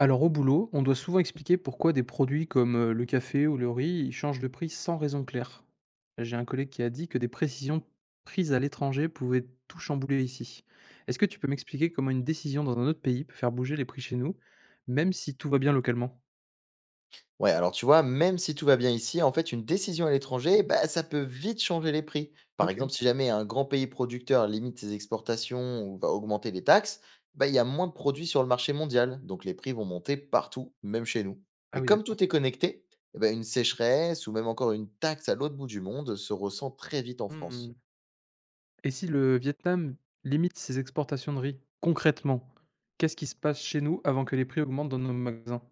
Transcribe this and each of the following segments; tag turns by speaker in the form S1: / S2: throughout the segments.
S1: Alors au boulot, on doit souvent expliquer pourquoi des produits comme le café ou le riz ils changent de prix sans raison claire. J'ai un collègue qui a dit que des précisions prises à l'étranger pouvaient tout chambouler ici. Est-ce que tu peux m'expliquer comment une décision dans un autre pays peut faire bouger les prix chez nous, même si tout va bien localement?
S2: Ouais, alors tu vois, même si tout va bien ici, en fait, une décision à l'étranger, bah, ça peut vite changer les prix. Par
S1: Ok.
S2: exemple, si jamais un grand pays producteur limite ses exportations ou va augmenter les taxes, bah, il y a moins de produits sur le marché mondial. Donc les prix vont monter partout, même chez nous.
S1: Ah
S2: Et
S1: oui,
S2: comme tout
S1: d'accord.
S2: est connecté, eh ben, une sécheresse ou même encore une taxe à l'autre bout du monde se ressent très vite en France.
S1: Hmm. Et si le Vietnam limite ses exportations de riz, concrètement, qu'est-ce qui se passe chez nous avant que les prix augmentent dans nos magasins?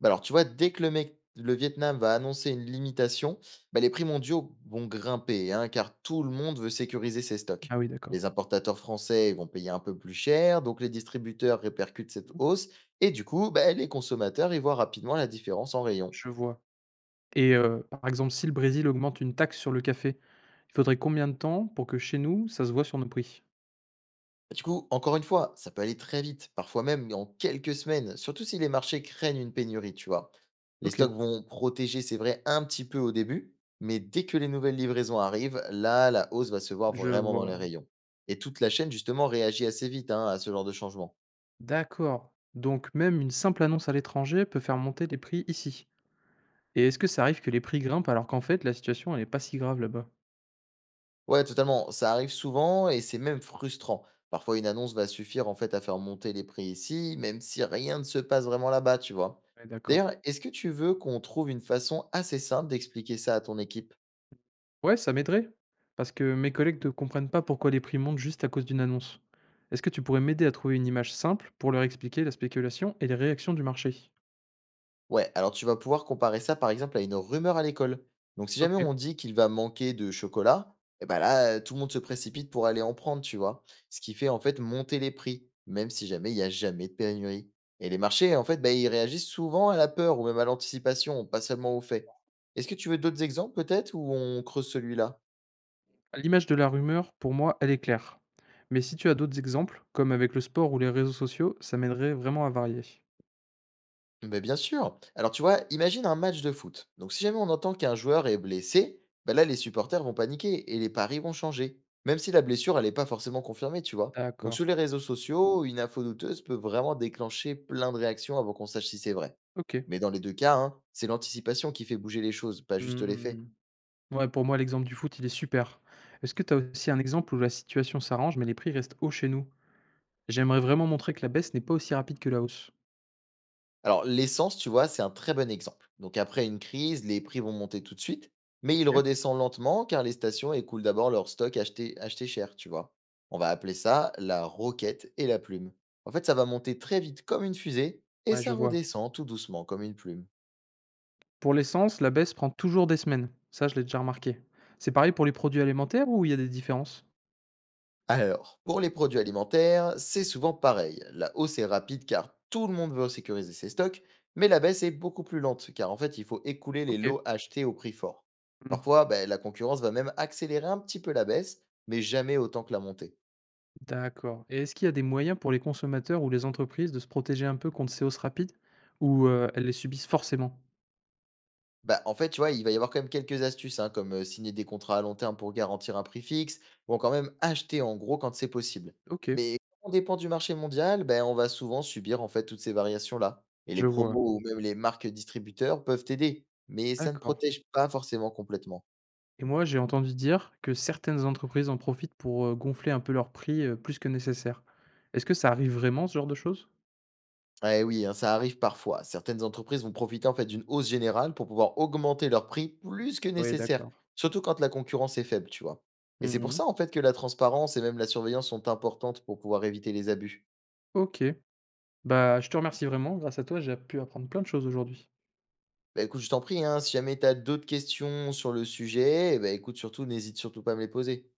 S2: Bah, alors, tu vois, dès que le Vietnam va annoncer une limitation, bah, les prix mondiaux vont grimper, hein, car tout le monde veut sécuriser ses stocks.
S1: Ah oui,
S2: Les
S1: d'accord.
S2: importateurs français vont payer un peu plus cher, donc les distributeurs répercutent cette
S1: Mhm.
S2: hausse, et du coup, bah, les consommateurs y voient rapidement la différence en rayon.
S1: Je vois. Et par exemple, si le Brésil augmente une taxe sur le café, il faudrait combien de temps pour que chez nous, ça se voit sur nos prix?
S2: Bah, du coup, encore une fois, ça peut aller très vite, parfois même en quelques semaines, surtout si les marchés craignent une pénurie, tu vois. Les
S1: OK,
S2: stocks vont protéger, c'est vrai, un petit peu au début, mais dès que les nouvelles livraisons arrivent, là, la hausse va se voir
S1: je
S2: vraiment dans
S1: vois.
S2: les rayons. Et toute la chaîne, justement, réagit assez vite hein, à ce genre de changement.
S1: D'accord. Donc même une simple annonce à l'étranger peut faire monter les prix ici. Et est-ce que ça arrive que les prix grimpent alors qu'en fait la situation elle est pas si grave là-bas?
S2: Ouais, totalement, ça arrive souvent et c'est même frustrant. Parfois, une annonce va suffire en fait à faire monter les prix ici, même si rien ne se passe vraiment là-bas, tu vois.
S1: Ouais, d'accord.
S2: D'ailleurs, est-ce que tu veux qu'on trouve une façon assez simple d'expliquer ça à ton équipe?
S1: Ouais, ça m'aiderait, parce que mes collègues ne comprennent pas pourquoi les prix montent juste à cause d'une annonce. Est-ce que tu pourrais m'aider à trouver une image simple pour leur expliquer la spéculation et les réactions du marché?
S2: Ouais, alors tu vas pouvoir comparer ça par exemple à une rumeur à l'école. Donc si jamais
S1: OK.
S2: on dit qu'il va manquer de chocolat, et ben là, tout le monde se précipite pour aller en prendre, tu vois. Ce qui fait en fait monter les prix, même si jamais il n'y a jamais de pénurie. Et les marchés, en fait, bah, ils réagissent souvent à la peur ou même à l'anticipation, pas seulement au fait. Est-ce que tu veux d'autres exemples peut-être ou on creuse celui-là?
S1: L'image de la rumeur, pour moi, elle est claire. Mais si tu as d'autres exemples, comme avec le sport ou les réseaux sociaux, ça m'aiderait vraiment à varier.
S2: Mais bien sûr. Alors tu vois, imagine un match de foot. Donc si jamais on entend qu'un joueur est blessé, bah là les supporters vont paniquer et les paris vont changer. Même si la blessure, elle n'est pas forcément confirmée, tu vois. Donc
S1: D'accord,
S2: sur les réseaux sociaux, une info douteuse peut vraiment déclencher plein de réactions avant qu'on sache si c'est vrai.
S1: ok.
S2: Mais dans les deux cas, hein, c'est l'anticipation qui fait bouger les choses, pas juste les faits.
S1: Hmm. Ouais, pour moi, l'exemple du foot, il est super. Est-ce que tu as aussi un exemple où la situation s'arrange, mais les prix restent hauts chez nous? J'aimerais vraiment montrer que la baisse n'est pas aussi rapide que la hausse.
S2: Alors, l'essence, tu vois, c'est un très bon exemple. Donc, après une crise, les prix vont monter tout de suite, mais ils
S1: Ok.
S2: redescendent lentement car les stations écoulent d'abord leur stock acheté cher, tu vois. On va appeler ça la roquette et la plume. En fait, ça va monter très vite comme une fusée et
S1: Ouais, je
S2: ça
S1: vois.
S2: redescend tout doucement comme une plume.
S1: Pour l'essence, la baisse prend toujours des semaines. Ça, je l'ai déjà remarqué. C'est pareil pour les produits alimentaires ou il y a des différences?
S2: Alors, pour les produits alimentaires, c'est souvent pareil. La hausse est rapide car tout le monde veut sécuriser ses stocks, mais la baisse est beaucoup plus lente car en fait, il faut écouler les
S1: Ok.
S2: lots achetés au prix fort.
S1: Hmm.
S2: Parfois, ben, la concurrence va même accélérer un petit peu la baisse, mais jamais autant que la montée.
S1: D'accord, et est-ce qu'il y a des moyens pour les consommateurs ou les entreprises de se protéger un peu contre ces hausses rapides ou elles les subissent forcément?
S2: Bah, en fait, tu vois, il va y avoir quand même quelques astuces, hein, comme signer des contrats à long terme pour garantir un prix fixe, ou encore même acheter en gros quand c'est possible.
S1: OK,
S2: Mais quand on dépend du marché mondial, ben, on va souvent subir en fait toutes ces variations-là. Et les
S1: je vois,
S2: promos ou même les marques distributeurs peuvent aider, mais ça ne
S1: d'accord.
S2: protège pas forcément complètement.
S1: Et moi, j'ai entendu dire que certaines entreprises en profitent pour, gonfler un peu leurs prix, plus que nécessaire. Est-ce que ça arrive vraiment, ce genre de choses?
S2: Eh oui, hein, ça arrive parfois. Certaines entreprises vont profiter en fait d'une hausse générale pour pouvoir augmenter leurs prix plus que
S1: Oui,
S2: nécessaire,
S1: d'accord.
S2: surtout quand la concurrence est faible, tu vois. Et c'est pour
S1: Mmh.
S2: ça en fait que la transparence et même la surveillance sont importantes pour pouvoir éviter les abus.
S1: OK. Bah, je te remercie vraiment. Grâce à toi, j'ai pu apprendre plein de choses aujourd'hui.
S2: Bah écoute, je t'en prie, hein, si jamais tu as d'autres questions sur le sujet, eh ben écoute, surtout, n'hésite surtout pas à me les poser.